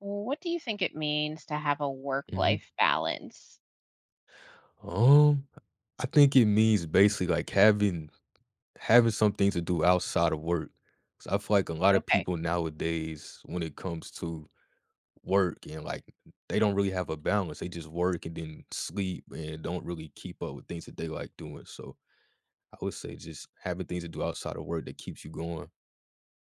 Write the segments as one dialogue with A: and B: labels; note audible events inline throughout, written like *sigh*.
A: What do you think it means to have a
B: Mhm.
A: work-life balance?
B: Um, I think it means basically like having having something to do outside of work. 'Cause I feel like a lot of
A: Okay.
B: people nowadays, when it comes to work and like they don't really have a balance. They just work and then sleep and don't really keep up with things that they like doing. So I would say just having things to do outside of work that keeps you going.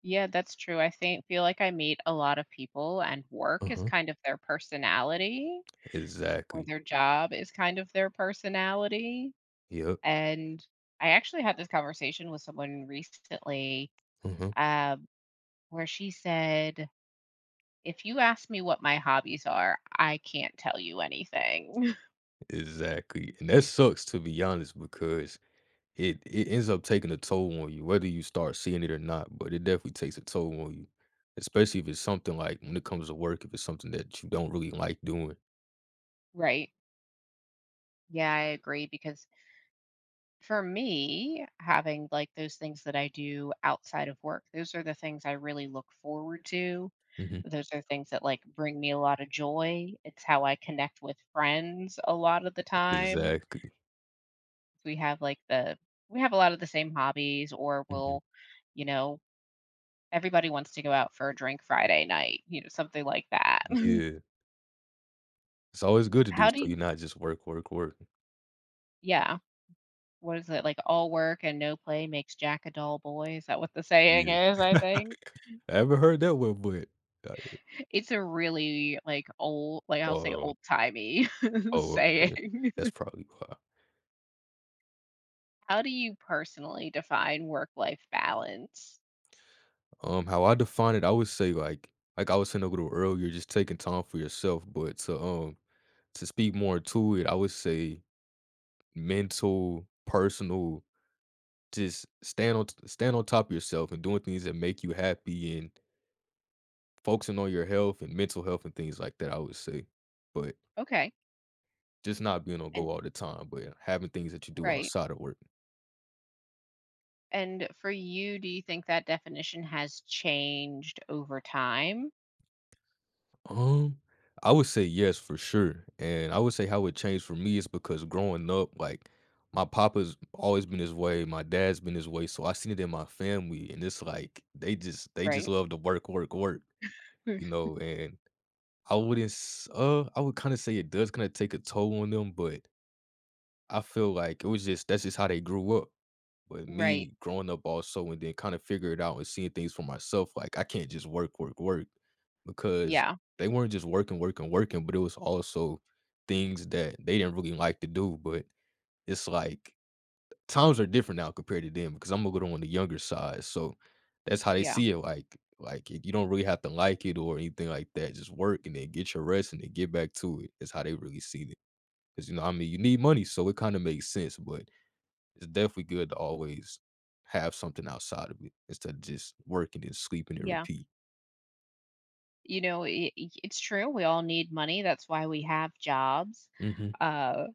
A: Yeah, that's true. I think feel like I meet a lot of people and work is
B: Uh-huh.
A: kind of their personality or
B: Exactly.
A: their job is kind of their personality.
B: Yep.
A: And I actually had this conversation with someone recently,
B: Uh-huh.
A: uh, where she said, if you ask me what my hobbies are, I can't tell you anything. *laughs*
B: Exactly. And that sucks to be honest because it ends up taking a toll on you, whether you start seeing it or not, but it definitely takes a toll on you, especially if it's something like when it comes to work, if it's something that you don't really like doing.
A: Right. Yeah, I agree because for me, having like those things that I do outside of work, those are the things I really look forward to.
B: Mhm.
A: Those are things that like bring me a lot of joy. It's how I connect with friends a lot of the time.
B: Exactly.
A: We have like the we have a lot of the same hobbies, or
B: Mhm.
A: you know, everybody wants to go out for a drink Friday night, something like that. *laughs*
B: Yeah. It's always good to do
A: How do
B: so you're
A: you
B: not just work, work, work.
A: Yeah. What is it like all work and no play makes Jack a dull boy? Is that what the saying
B: Yeah.
A: is,
B: *laughs*
A: I
B: I
A: think?
B: haven't heard that one, but like,
A: It's a really, like, old, like, I'll say
B: oh,
A: old-timey *laughs*
B: oh, okay.
A: saying.
B: That's probably why.
A: How do you personally define work-life balance?
B: How I define it, I would say like I was saying a little earlier, just taking time for yourself, but to speak more to it, I would say mental, personal, just stand on stand on top of yourself and doing things that make you happy and focusing on your health and mental health and things like that, I would say. But
A: Okay,
B: just not being on go
A: and
B: all the time, but having things that you do
A: right,
B: outside of work.
A: and for you, do you think that definition has changed over time?
B: Um, I would say yes for sure. And I would say how it changed for me is because growing up, like my papa's always been his way, my dad's been his way. So I seen it in my family. And it's like they just
A: Right?
B: love to work, work, work,
A: Mm.
B: you know, and I wouldn't s I would kinda say it does kinda take a toll on them, but I feel like it was just that's just how they grew up. But
A: Right.
B: me growing up also and then kinda figure it out and seeing things for myself, like, I can't just work, work, work because
A: Yeah,
B: they weren't just working, working, working, but it was also things that they didn't really like to do, but it's like times are different now compared to then because I'm a little on the younger side. So that's how they
A: yeah,
B: see it. Like, you don't really have to like it or anything like that. Just work and then get your rest and then get back to it. Is how they really see it. Because you know, I mean, you need money, so it kind of makes sense. But it's definitely good to always have something outside of it instead of just working and sleeping and
A: yeah.
B: repeat.
A: I it's true, we all need money, that's why we have jobs,
B: Hmm.
A: uh,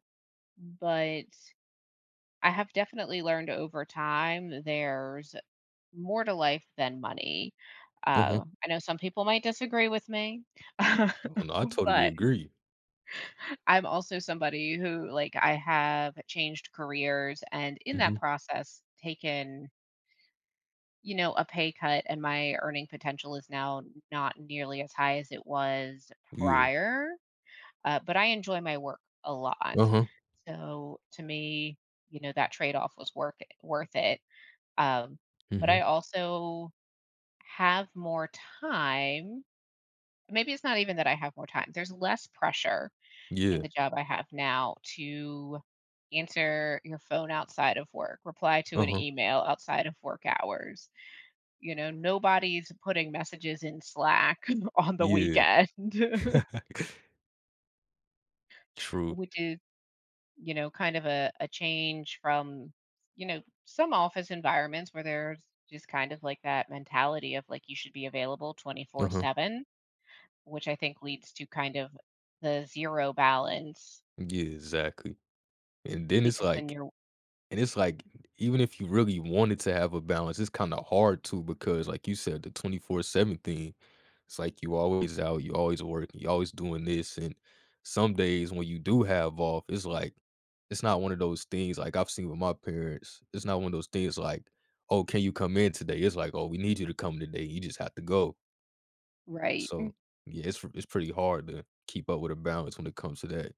A: but I have definitely learned over time there's more to life than money.
B: Uh-huh.
A: I know some people might disagree with me, *laughs*
B: Oh, no, I totally
A: but
B: agree.
A: I'm also somebody who, like, I have changed careers and in
B: Hmm.
A: that process taken, a pay cut, and my earning potential is now not nearly as high as it was
B: Yeah.
A: prior. But I enjoy my work a lot.
B: Uh-huh.
A: So to me, that trade off was worth it, worth it. Um, but
B: Hmm.
A: I also have more time. Maybe it's not even that I have more time. There's less pressure in
B: Yeah.
A: the job I have now to answer your phone outside of work, reply to an
B: Uh-huh.
A: email outside of work hours. Nobody's putting messages in Slack *laughs* on the
B: Yeah.
A: weekend, *laughs*
B: *laughs* True.
A: which is, kind of a change from, some office environments where there's just kind of like that mentality of like you should be available 24
B: Uh-huh.
A: 7, which I think leads to kind of the zero balance
B: Yeah, exactly. And then it's
A: because then
B: like
A: you're
B: and it's like, even if you really wanted to have a balance, it's kinda hard to because, like you said, the 24/7 thing, it's like you always out, you always working, you always doing this, and some days when you do have off, it's like it's not one of those things like I've seen with my parents, it's not one of those things like, "Oh, can you come in today?" It's like, "Oh, we need you to come today, you just have to go."
A: right.
B: So, yeah, it's pretty hard to keep up with a balance when it comes to that.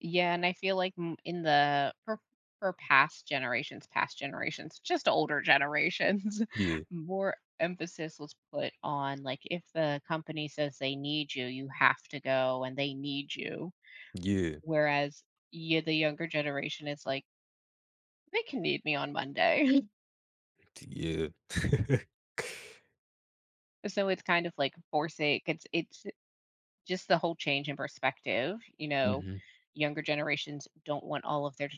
A: Yeah, and I feel like m- in the for past generations, just older generations,
B: Yeah,
A: *laughs* more emphasis was put on like if the company says they need you, you have to go and they need you.
B: yeah,
A: Whereas, yeah, the younger generation is like they can need me on Monday.
B: yeah. *laughs*
A: *laughs* So it's kind of like forcing it's just the whole change in perspective, you know.
B: Mhm.
A: Younger generations don't want all of their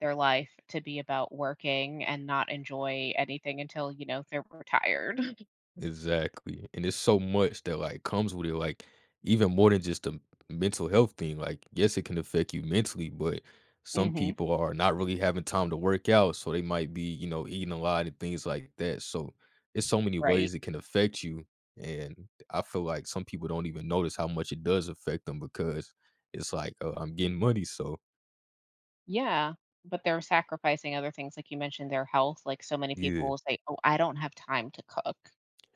A: their life to be about working and not enjoy anything until they're retired. *laughs*
B: Exactly, and it's so much that, like, comes with it, like, even more than just the mental health thing, like, yes, it can affect you mentally, but some
A: Mhm.
B: people are not really having time to work out, so they might be, you know, eating a lot and things like that, so it's so many ways
A: Right?
B: it can affect you, and I feel like some people don't even notice how much it does affect them because it's like, "Oh, I'm getting money, so"
A: Yeah, but they're sacrificing other things, like you mentioned, their health, like, so many people
B: Yeah,
A: will say, "Oh, I don't have time to cook."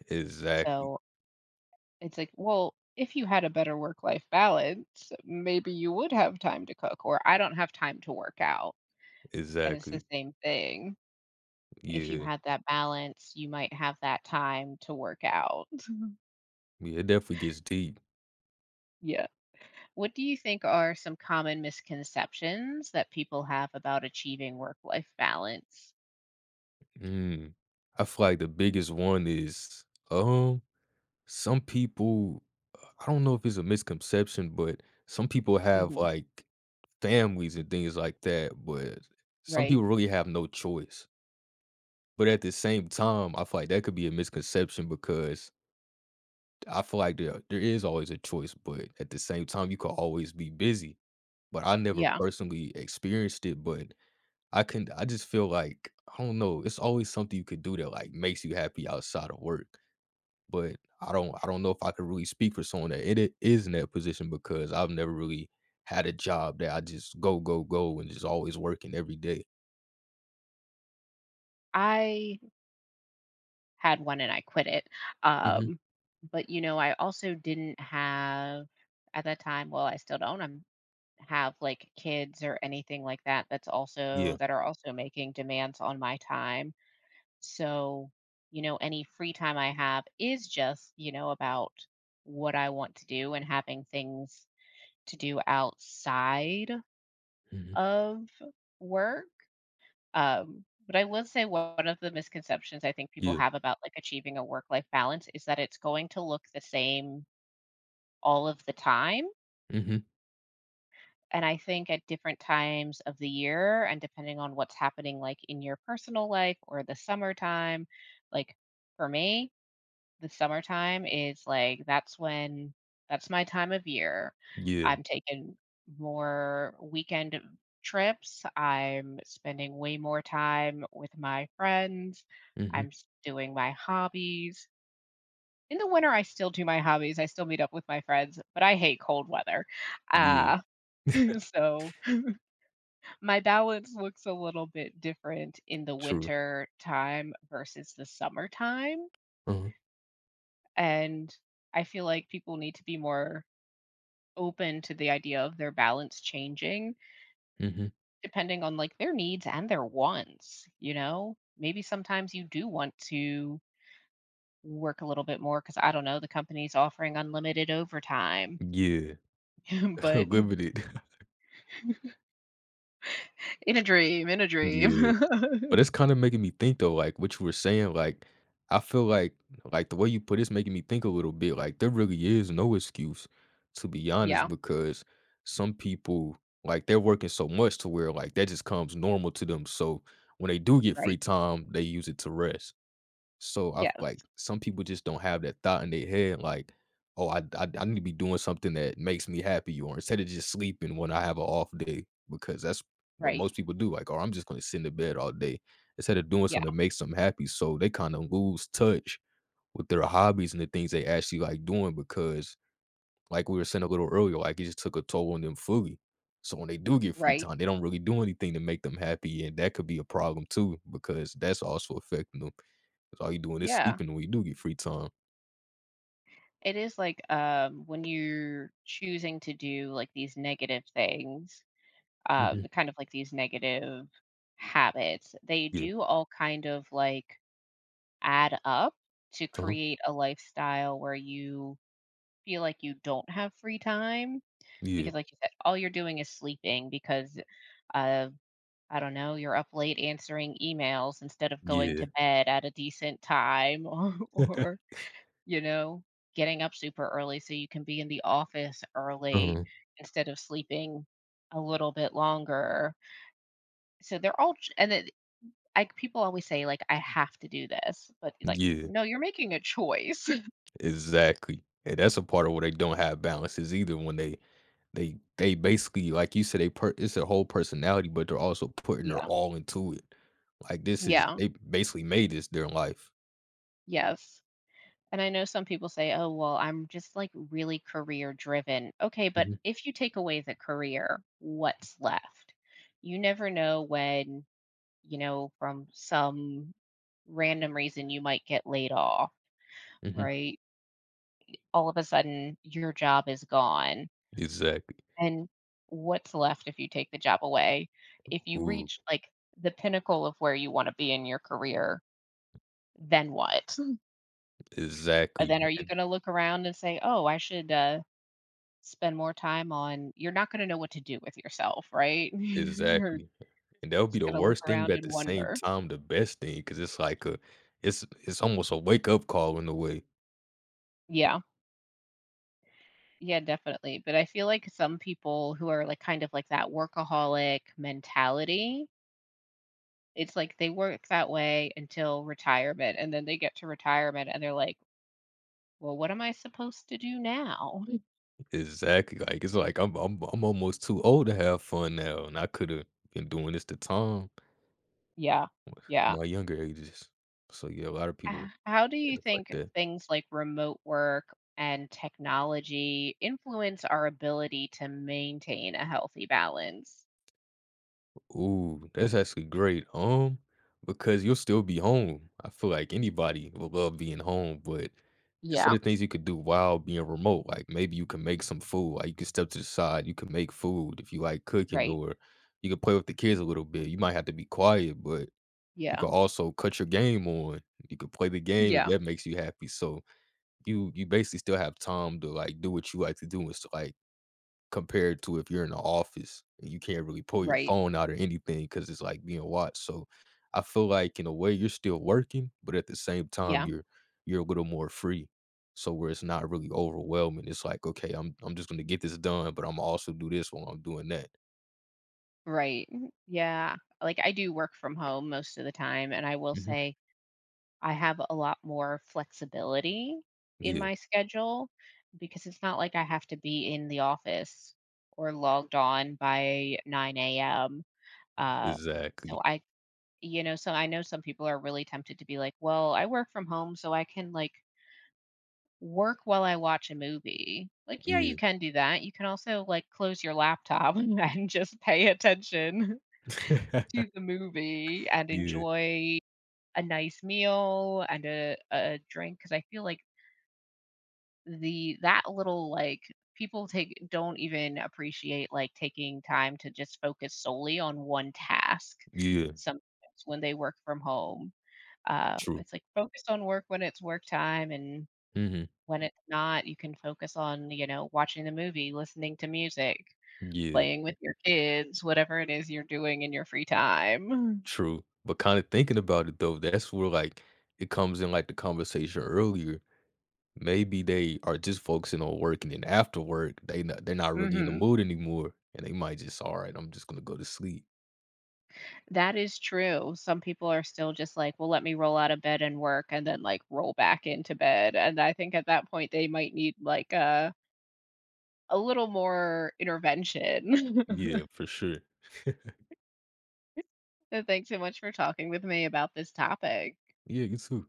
B: exactly,
A: So, it's like, well, if you had a better work-life balance, maybe you would have time to cook, or "I don't have time to work out," and it's the
B: exactly,
A: same thing. If you
B: yeah,
A: had that balance, you might have that time to work out. *laughs*
B: yeah, it definitely gets deep.
A: Yeah. What do you think are some common misconceptions that people have about achieving work-life balance?
B: Mm. I feel like the biggest one is, um, some people I don't know if it's a misconception, but some people have,
A: Mhm.
B: like, families and things like that, but some
A: Right.
B: people really have no choice. But at the same time, I feel like that could be a misconception because I feel like there is always a choice, but at the same time, you could always be busy. But I never
A: Yeah.
B: personally experienced it, but I can. I just feel like, I don't know, it's always something you could do that, like, makes you happy outside of work, but I don't know if I could really speak for someone that it I is in that position because I've never really had a job that I just go, go, go, and just always working every day.
A: I had one and I quit it.
B: Mhm.
A: Um, but I also didn't have at that time, well, I still don't, I'm have like kids or anything like that
B: Yeah.
A: that are also making demands on my time. So, any free time I have is just, about what I want to do and having things to do outside
B: Mhm.
A: of work. But I will say one of the misconceptions I think people
B: Yeah.
A: have about like achieving a work life balance is that it's going to look the same all of the time.
B: Mhm.
A: And I think at different times of the year and depending on what's happening like in your personal life or the summertime, like for me, The summertime is, like that's when that's my time of year.
B: Yeah.
A: I'm taking more weekend trips, I'm spending way more time with my friends,
B: Mhm.
A: I'm s doing my hobbies. In the winter, I still do my hobbies, I still meet up with my friends, but I hate cold weather.
B: Yeah.
A: Uh, *laughs* so my balance looks a little bit different in the
B: True.
A: winter time versus the summertime,
B: Uh-huh.
A: and I feel like people need to be more open to the idea of their balance changing
B: Mhm.
A: depending on like their needs and their wants, you know? Maybe sometimes you do want to work a little bit more because I don't know, the company's offering unlimited overtime,
B: Yeah.
A: *laughs*
B: *laughs*
A: but *laughs*
B: Limited. *laughs*
A: in a dream, in a dream.
B: Yeah. But
A: *laughs*
B: it's kinda making me think though, like, what you were saying, like, I feel like the way you put it's making me think a little bit, like, there really is no excuse, to be honest,
A: Yeah,
B: because some people, like, they're working so much to where, like, that just comes normal to them, so when they do get free
A: right.
B: time, they use it to rest. So I feel
A: Yes,
B: like some people just don't have that thought in their head, like, "Oh, I need to be doing something that makes me happy," or instead of just sleeping when I have an off day, because that's what
A: right.
B: most people do. Like, "Oh, I'm just going to sit in the bed all day," instead of doing
A: Yeah,
B: something that makes them happy. So they kind of lose touch with their hobbies and the things they actually like doing, because like we were saying a little earlier, like it just took a toll on them fully. So when they do get free
A: right.
B: time, they don't really do anything to make them happy, and that could be a problem too, because that's also affecting them. 'Cause all you doing is
A: Yeah.
B: sleeping when you do get free time.
A: It is like when you're choosing to do like these negative things,
B: Mhm.
A: kind of like these negative habits, they
B: Yeah.
A: do all kind of like add up to
B: Uh-huh.
A: create a lifestyle where you feel like you don't have free time
B: Yeah.
A: because, like you said, all you're doing is sleeping because of, I don't know, you're up late answering emails instead of going
B: Yeah.
A: to bed at a decent time *laughs* or
B: *laughs*
A: you know, getting up super early so you can be in the office early
B: Uh-huh.
A: instead of sleeping a little bit longer. So they're all ch- and it, I People always say, like, "I have to do this," but, like,
B: Yeah.
A: no, you're making a choice. *laughs*
B: Exactly. And that's a part of where they don't have balance is either when they basically, like you said, they per it's their whole personality, but they're also putting their
A: Yeah.
B: all into it. Like, this is
A: Yeah.
B: they basically made this their life.
A: Yes. And I know some people say, "Oh, well, I'm just, like, really career driven." Okay, but
B: Mhm. Mhm.
A: if you take away the career, what's left? You never know when, from some random reason you might get laid off,
B: Mhm.
A: right? All of a sudden, your job is gone.
B: Exactly.
A: And what's left if you take the job away? If you
B: Ooh,
A: reach, like, the pinnacle of where you wanna be in your career, then what?
B: exactly.
A: Then are you gonna look around and say, "Oh, I should, spend more time on" you're not gonna know what to do with yourself, right? *laughs* You're
B: Exactly, and that would be
A: just
B: the
A: gonna look
B: worst thing, but
A: around
B: at
A: and
B: the same
A: wonder.
B: time, the best thing, because it's like a it's almost a wake-up call in a way.
A: Yeah. Yeah, definitely, but I feel like some people who are, like, kind of like that workaholic mentality, it's like they work that way until retirement, and then they get to retirement, and they're like, well, what am I supposed to do now? *laughs*
B: Exactly, like, it's like, I'm almost too old to have fun now, and I coulda been doing this to time
A: Yeah.
B: in
A: Yeah.
B: my younger ages. So, yeah, a lot of people
A: H- How do you
B: end up like
A: think
B: that.
A: things like remote work and technology influence our ability to maintain a healthy balance?
B: Ooh, that's actually great, because you'll still be home. I feel like anybody will love being home, but And so
A: Yeah.
B: the things you could do while being remote, like, maybe you can make some food, like, you can step to the side, you can make food if you like cooking,
A: Right.
B: or you can play with the kids a little bit. You might have to be quiet, but you
A: Yeah.
B: can also cut your game on. You can play the game if
A: Yeah.
B: that makes you happy, so you basically still have time to, like, do what you like to do and s like compared to if you're in the office and you can't really pull your
A: Right.
B: phone out or anything because it's, like, being watched, so I feel like, in a way, you're still working, but at the same time,
A: Yeah.
B: you're a little more free, so where it's not really overwhelming, it's like, "Okay, I'm just gonna get this done, but I am also do this while I'm doing that."
A: Right. Mm, yeah. Like I do work from home most of the time. And I will
B: Mhm.
A: say, I have a lot more flexibility in
B: Yeah,
A: my schedule because it's not like I have to be in the office or logged on by 9 a.m. Uh,
B: exactly.
A: so I, so I know some people are really tempted to be like, well, I work from home, so I can like work while I watch a movie. Like, yeah,
B: Yeah.
A: you can do that. You can also like close your laptop *laughs* and just pay attention *laughs* to
B: *laughs*
A: the movie and
B: Yeah,
A: enjoy a nice meal and a drink because I feel like the that little like people take don't even appreciate like taking time to just focus solely on one task
B: yeah,
A: sometimes when they work from home.
B: true.
A: It's like focus on work when it's work time and
B: Mhm.
A: when it's not, you can focus on, watching the movie, listening to music,
B: Yeah,
A: playing with your kids, whatever it is you're doing in your free time.
B: true, but kinda thinking about it, though, that's where, like, it comes in, like, the conversation earlier Maybe they are just focusing on work, and then after work, they're not really in the
A: Mhm.
B: mood anymore, and they might just, "Alright, I'm just gonna go to sleep."
A: That is true. Some people are still just like, "Well, let me roll out of bed and work," and then, like, roll back into bed, and I think at that point, they might need, like, a little more intervention.
B: Yeah,
A: *laughs*
B: for sure.
A: But thanks so much for talking with me about this topic.
B: Yeah, you too.